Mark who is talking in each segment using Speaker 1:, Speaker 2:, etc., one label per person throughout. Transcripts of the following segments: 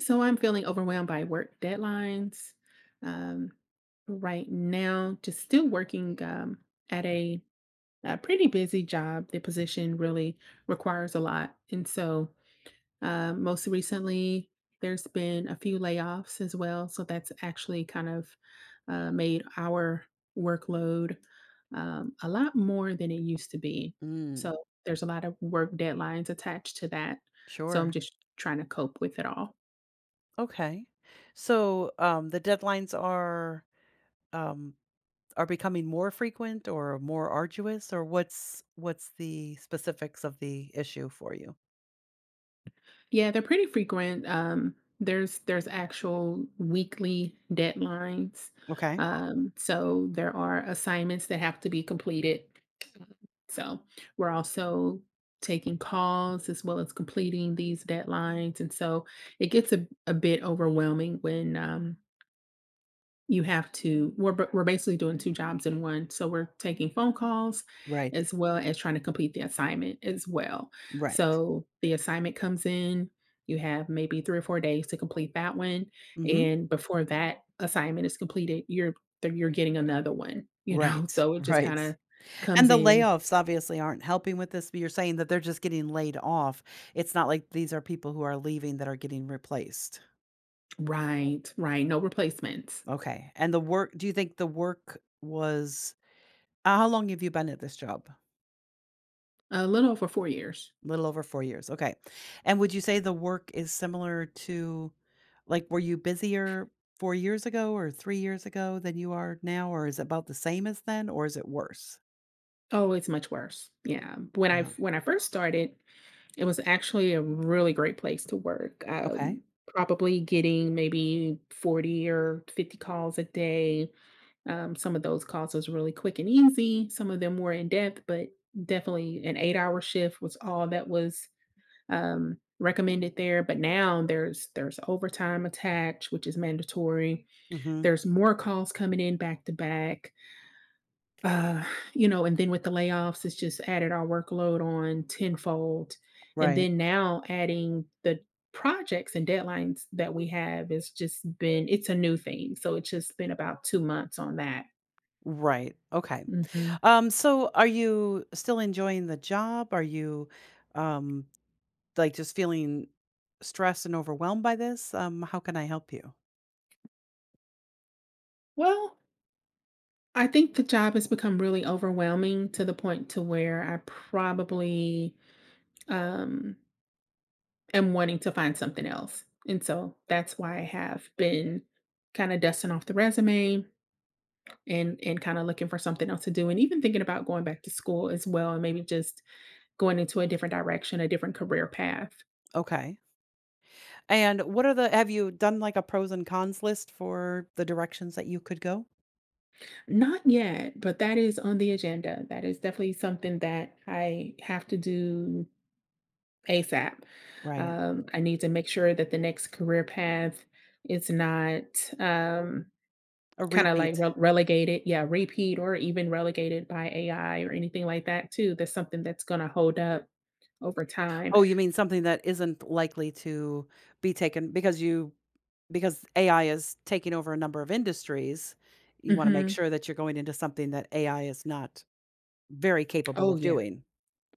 Speaker 1: So I'm feeling overwhelmed by work deadlines um, right now. Just still working at a pretty busy job. The position really requires a lot, and so most recently, there's been a few layoffs as well, so that's actually kind of made our workload a lot more than it used to be.
Speaker 2: Mm,
Speaker 1: So there's a lot of work deadlines attached to that. So I'm
Speaker 2: sure.
Speaker 1: just trying to cope with it all.
Speaker 2: Okay. So the deadlines um, are becoming more frequent or more arduous, or what's the specifics of the issue for you?
Speaker 1: Yeah, they're pretty frequent. There's actual weekly deadlines.
Speaker 2: Okay.
Speaker 1: So there are assignments that have to be completed. So we're also taking calls as well as completing these deadlines. And so it gets a bit overwhelming when you have to we're basically doing 2 jobs in one, so we're taking phone calls
Speaker 2: Right.
Speaker 1: as well as trying to complete the assignment as well.
Speaker 2: Right.
Speaker 1: So, the assignment comes in, you have maybe 3 or 4 days to complete that one,
Speaker 2: Hmm.
Speaker 1: and before that assignment is completed, you're getting another one, you know?
Speaker 2: Right.
Speaker 1: So it just
Speaker 2: Right.
Speaker 1: kinda
Speaker 2: And
Speaker 1: comes
Speaker 2: the
Speaker 1: in.
Speaker 2: layoffs obviously aren't helping with this. But you're saying that they're just getting laid off. It's not like these are people who are leaving that are getting replaced.
Speaker 1: Right, right, no replacements.
Speaker 2: Okay. And the work. Do you think the work was? How long have you been at this job?
Speaker 1: A little over 4 years.
Speaker 2: Little over 4 years, okay. And would you say the work is similar to, like, were you busier 4 years ago or 3 years ago than you are now, or is it about the same as then, or is it worse?
Speaker 1: Oh, it's much worse. Yeah. When I
Speaker 2: Uh,
Speaker 1: when I first started. It was actually a really great place to work.
Speaker 2: okay.
Speaker 1: Probably getting maybe 40 or 50 calls a day. Some of those calls was really quick and easy. Some of them were in depth, but definitely an 8-hour shift was all that was recommended there. But now there's overtime attached, which is mandatory.
Speaker 2: Mhm.
Speaker 1: There's more calls coming in back to back. Uh, you know, and then with the layoffs, it's just added our workload on tenfold. And
Speaker 2: Right.
Speaker 1: then now adding the projects and deadlines that we have, it's just been it's a new thing. So it's just been about 2 months on that.
Speaker 2: Right, okay.
Speaker 1: Mhm.
Speaker 2: So are you still enjoying the job? Are you, um, like, just feeling stressed and overwhelmed by this? How can I help you?
Speaker 1: Well, I think the job has become really overwhelming to the point to where I probably um am wanting to find something else. And so that's why I have been kind of dusting off the resume and kind of looking for something else to do, and even thinking about going back to school as well, and maybe just going into a different direction, a different career path.
Speaker 2: Okay. And what are the have you done, like, a pros and cons list for the directions that you could go?
Speaker 1: Not yet, but that is on the agenda. That is definitely something that I have to do ASAP.
Speaker 2: Right.
Speaker 1: I need to make sure that the next career path is not um,
Speaker 2: A
Speaker 1: kind of like
Speaker 2: repeat.
Speaker 1: relegated. Yeah, repeat or even relegated by AI or anything like that too. That's something that's going to hold up over time.
Speaker 2: Oh, you mean something that isn't likely to be taken because AI is taking over a number of industries, you want to make
Speaker 1: Hmm.
Speaker 2: sure that you're going into something that AI is not very capable
Speaker 1: Oh,
Speaker 2: of
Speaker 1: yeah.
Speaker 2: doing.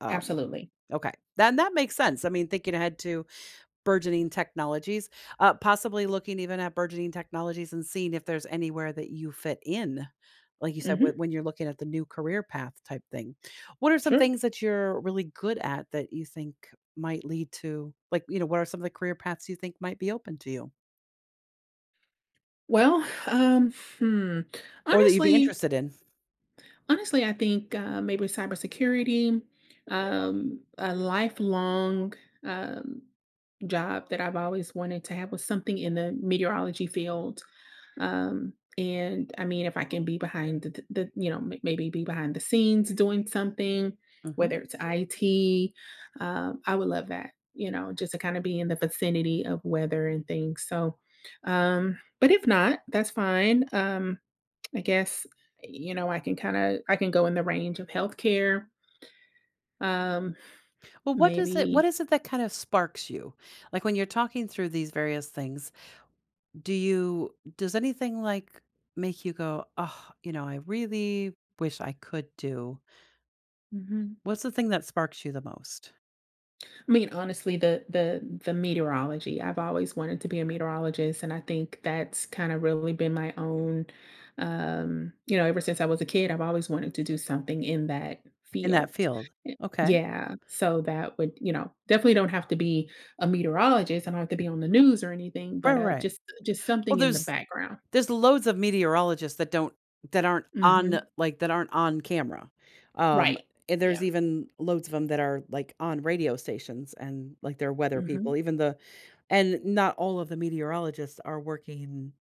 Speaker 2: Um,
Speaker 1: Absolutely.
Speaker 2: okay. Then that makes sense. I mean, thinking ahead to burgeoning technologies, possibly looking even at burgeoning technologies and seeing if there's anywhere that you fit in, like you said, whe
Speaker 1: Mhm.
Speaker 2: when you're looking at the new career path type thing. What are some
Speaker 1: Sure.
Speaker 2: things that you're really good at that you think might lead to, like, what are some of the career paths you think might be open to you
Speaker 1: Well, hmm,
Speaker 2: or that you'd be
Speaker 1: honestly
Speaker 2: interested in?
Speaker 1: honestly, I think, maybe cybersecurity, a lifelong, um, job that I've always wanted to have was something in the meteorology field. And I mean, if I can be behind the, maybe be behind the scenes doing something,
Speaker 2: Mhm.
Speaker 1: whether it's IT, I would love that, you know, just to kind of be in the vicinity of weather and things. So, but if not, that's fine. I guess, you know, I can go in the range of healthcare, um,
Speaker 2: Well, what
Speaker 1: maybe.
Speaker 2: is it that kind of sparks you? Like, when you're talking through these various things, Do you does anything, like, make you go, "Oh, you know, I really wish I could do"?
Speaker 1: Mm-hmm.
Speaker 2: What's the thing that sparks you the most
Speaker 1: I mean, honestly, the meteorology. I've always wanted to be a meteorologist, and I think that's kind of really been my own, you know, ever since I was a kid, I've always wanted to do something in that
Speaker 2: in that
Speaker 1: field.
Speaker 2: field? Okay.
Speaker 1: Yeah, so that would, you know, definitely don't have to be a meteorologist. I don't have to be on the news or anything,
Speaker 2: Right,
Speaker 1: but
Speaker 2: right. Right.
Speaker 1: just
Speaker 2: Well,
Speaker 1: something in the
Speaker 2: there's
Speaker 1: background.
Speaker 2: There's loads of meteorologists that aren't on,
Speaker 1: Hmm.
Speaker 2: like, that aren't on camera. Um,
Speaker 1: Right.
Speaker 2: and there's
Speaker 1: Yeah.
Speaker 2: even loads of them that are, like, on radio stations and, like, they're weather people,
Speaker 1: Hmm.
Speaker 2: even the and not all of the meteorologists are working,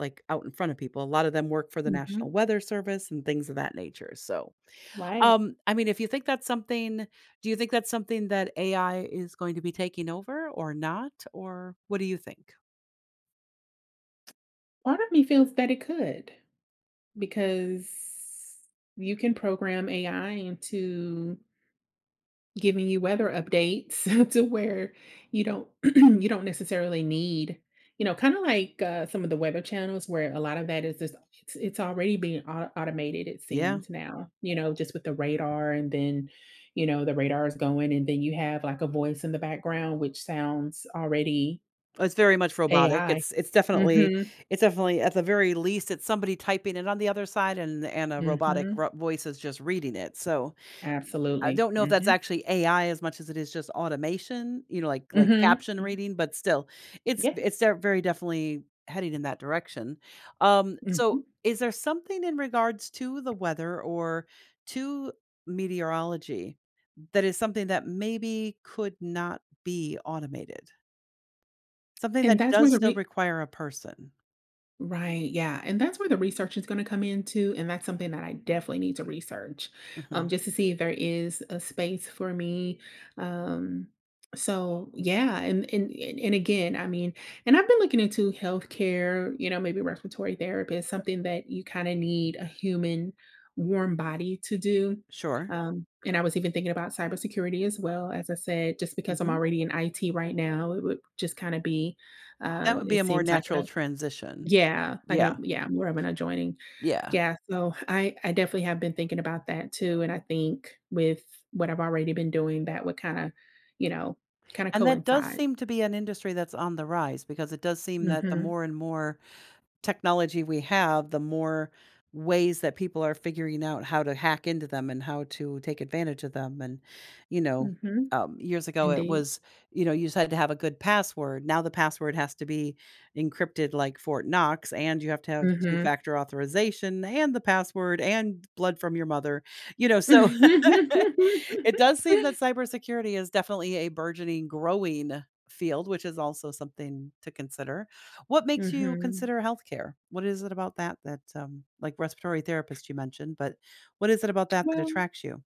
Speaker 2: like, out in front of people. A lot of them work for the National
Speaker 1: Hmm.
Speaker 2: Weather Service and things of that nature, so,
Speaker 1: Right.
Speaker 2: I mean, if you think that's something do you think that's something that AI is going to be taking over or not, or what do you think?
Speaker 1: Part of me feels that it could, because you can program AI into giving you weather updates to where you don't you don't necessarily need, you know, kind of like some of the weather channels where a lot of that is just it's already being automated. It
Speaker 2: Yeah.
Speaker 1: seems now, you know, just with the radar, and then you know the radar is going, and then you have like a voice in the background which sounds already
Speaker 2: It's very much robotic.
Speaker 1: AI.
Speaker 2: It's it's definitely
Speaker 1: Hmm.
Speaker 2: it's definitely at the very least, it's somebody typing it on the other side and a robotic
Speaker 1: Hmm.
Speaker 2: ro voice is just reading it. So, I
Speaker 1: Absolutely.
Speaker 2: don't know if that's
Speaker 1: Mm-hmm.
Speaker 2: actually AI as much as it is just automation, like
Speaker 1: Hmm.
Speaker 2: caption reading, but still, it's
Speaker 1: Yeah.
Speaker 2: it's de very definitely heading in that direction. So
Speaker 1: Mhm,
Speaker 2: is there something in regards to the weather or to meteorology that is something that maybe could not be automated? Something
Speaker 1: and
Speaker 2: that
Speaker 1: that's where
Speaker 2: does
Speaker 1: the
Speaker 2: still
Speaker 1: re
Speaker 2: require a person.
Speaker 1: right. Yeah. And that's where the research is going to come into. And that's something that I definitely need to research,
Speaker 2: Mhm.
Speaker 1: just to see if there is a space for me. Um, so yeah, and again, I mean, and I've been looking into healthcare, you know, maybe respiratory therapy is something that you kind of need a human warm body to do.
Speaker 2: Sure.
Speaker 1: And I was even thinking about cybersecurity as well, as I said, just because I'm
Speaker 2: Mhm.
Speaker 1: already in IT right now. It would just kind of be
Speaker 2: That would be a
Speaker 1: it
Speaker 2: more
Speaker 1: seems like
Speaker 2: natural
Speaker 1: a,
Speaker 2: transition. Yeah.
Speaker 1: yeah, more of an adjoining.
Speaker 2: Yeah.
Speaker 1: Yeah, so I definitely have been thinking about that too, and I think with what I've already been doing, that would kinda, you know, kinda
Speaker 2: And that does
Speaker 1: coincide.
Speaker 2: seem to be an industry that's on the rise because it does seem that the
Speaker 1: Mhm.
Speaker 2: more and more technology we have, the more ways that people are figuring out how to hack into them and how to take advantage of them. And, you know,
Speaker 1: Mhm.
Speaker 2: years ago, it
Speaker 1: Indeed.
Speaker 2: was, you just had to have a good password. Now the password has to be encrypted like Fort Knox, and you have to have two
Speaker 1: Mhm.
Speaker 2: factor authorization and the password and blood from your mother. So it does seem that cybersecurity is definitely a burgeoning, growing field, which is also something to consider. What makes you
Speaker 1: Mhm.
Speaker 2: consider healthcare? What is it about that that, like respiratory therapist you mentioned, but what is it about that that
Speaker 1: Well
Speaker 2: attracts you?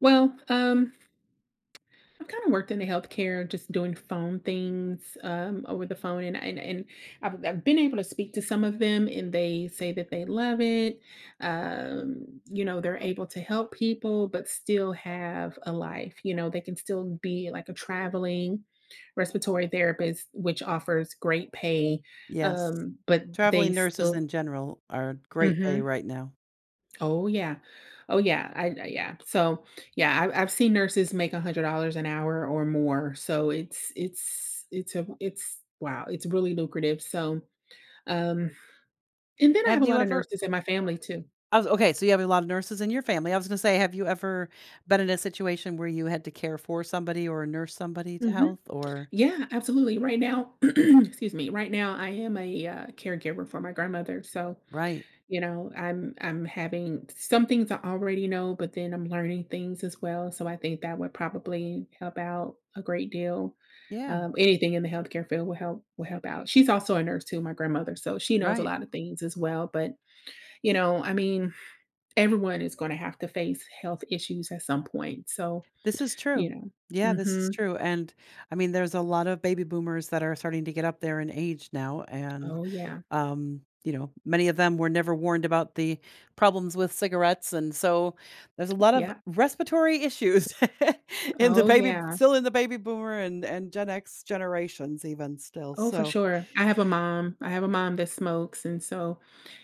Speaker 1: well, um, I've kind of worked in the healthcare, just doing phone things, over the phone, and and I've been able to speak to some of them, and they say that they love it. You know, they're able to help people, but still have a life. You know, they can still be like a traveling respiratory therapist, which offers great pay,
Speaker 2: Yes.
Speaker 1: but they
Speaker 2: Traveling nurses
Speaker 1: still.
Speaker 2: in general are great pay
Speaker 1: Mhm.
Speaker 2: right now.
Speaker 1: Oh, yeah. Oh, yeah. I yeah. So yeah, I've seen nurses make $100 an hour or more. So it's, wow, it's really lucrative. So um, and then I have
Speaker 2: Have
Speaker 1: a
Speaker 2: you
Speaker 1: lot of
Speaker 2: ever
Speaker 1: nurses in my family too.
Speaker 2: I was Okay, so you have a lot of nurses in your family. I was gonna say, have you ever been in a situation where you had to care for somebody or nurse somebody to
Speaker 1: Hmm.
Speaker 2: health or—
Speaker 1: Yeah, absolutely. Right now, excuse me. Right now, I am a caregiver for my grandmother. So,
Speaker 2: Right.
Speaker 1: you know, I'm having some things I already know, but then I'm learning things as well. So I think that would probably help out a great deal.
Speaker 2: Yeah,
Speaker 1: Anything in the healthcare field will help out. She's also a nurse too, my grandmother, so she knows a
Speaker 2: right.
Speaker 1: lot of things as well. But you know, I mean, everyone is going to have to face health issues at some point. So
Speaker 2: This is
Speaker 1: you
Speaker 2: true.
Speaker 1: know.
Speaker 2: Yeah, this
Speaker 1: Mm-hmm.
Speaker 2: is true, and, I mean, there's a lot of baby boomers that are starting to get up there in age now, and
Speaker 1: Oh, yeah.
Speaker 2: Many of them were never warned about the problems with cigarettes, and so there's a lot of
Speaker 1: Yeah.
Speaker 2: respiratory issues in the
Speaker 1: Oh,
Speaker 2: baby
Speaker 1: yeah.
Speaker 2: still in the baby boomer and Gen X generations even still,
Speaker 1: Oh, for
Speaker 2: so—
Speaker 1: sure. I have a mom that smokes, and so,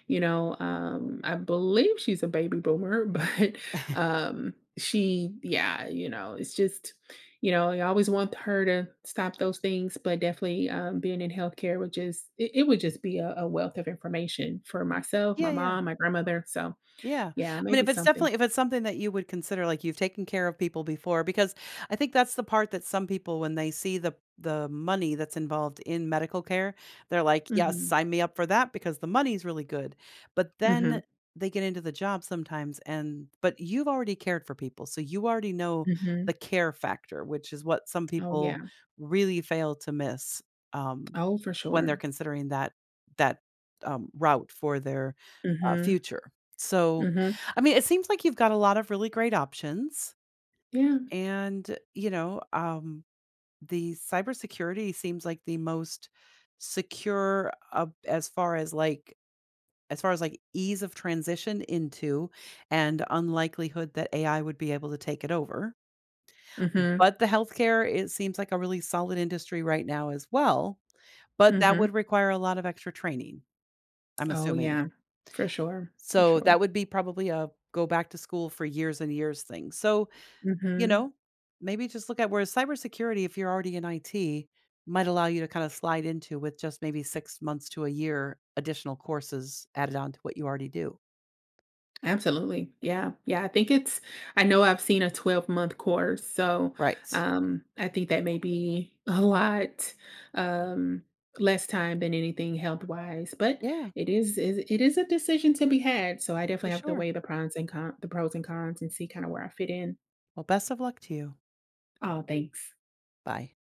Speaker 1: you know, I believe she's a baby boomer, but she, yeah, you know, it's just, you know, I always want her to stop those things, but definitely being in healthcare would just, it would just be a wealth of information for myself, my
Speaker 2: Yeah, yeah.
Speaker 1: mom, my grandmother. So,
Speaker 2: Yeah.
Speaker 1: yeah,
Speaker 2: I mean,
Speaker 1: maybe something.
Speaker 2: if it's something that you would consider, like you've taken care of people before, because I think that's the part that some people, when they see the money that's involved in medical care, they're like, yes,
Speaker 1: Hmm.
Speaker 2: sign me up for that because the money's really good. But
Speaker 1: Hmm.
Speaker 2: then they get into the job sometimes and but you've already cared for people. So you already know the
Speaker 1: Hmm.
Speaker 2: care factor, which is what some
Speaker 1: Oh, yeah.
Speaker 2: people really fail to miss, um,
Speaker 1: Oh, for
Speaker 2: when they're
Speaker 1: sure.
Speaker 2: considering that route for their
Speaker 1: Hmm.
Speaker 2: future. So,
Speaker 1: Hmm.
Speaker 2: I mean, it seems like you've got a lot of really great options.
Speaker 1: Yeah.
Speaker 2: And the cybersecurity seems like the most secure, as far as, like, ease of transition into and unlikelihood that AI would be able to take it over.
Speaker 1: Hmm.
Speaker 2: But the healthcare, it seems like a really solid industry right now as well, but that would
Speaker 1: Hmm.
Speaker 2: require a lot of extra training, I'm
Speaker 1: Oh,
Speaker 2: assuming.
Speaker 1: yeah. For sure, for
Speaker 2: So that
Speaker 1: sure.
Speaker 2: would be probably a go back to school for years and years thing. So, You
Speaker 1: Mhm.
Speaker 2: know, maybe just look at where cybersecurity, if you're already in IT, might allow you to kind of slide into with just maybe 6 months to a year additional courses added on to what you already do.
Speaker 1: Absolutely. Yeah, yeah, I think it's I know I've seen a 12-month course, so,
Speaker 2: Right.
Speaker 1: I think that may be a lot, um, less time than anything health-wise, but
Speaker 2: Yeah,
Speaker 1: it is a decision to be had, so I
Speaker 2: for
Speaker 1: definitely have to
Speaker 2: sure.
Speaker 1: weigh the pros and cons and see kinda where I fit in.
Speaker 2: Well, best of luck to you.
Speaker 1: Oh, thanks.
Speaker 2: Bye.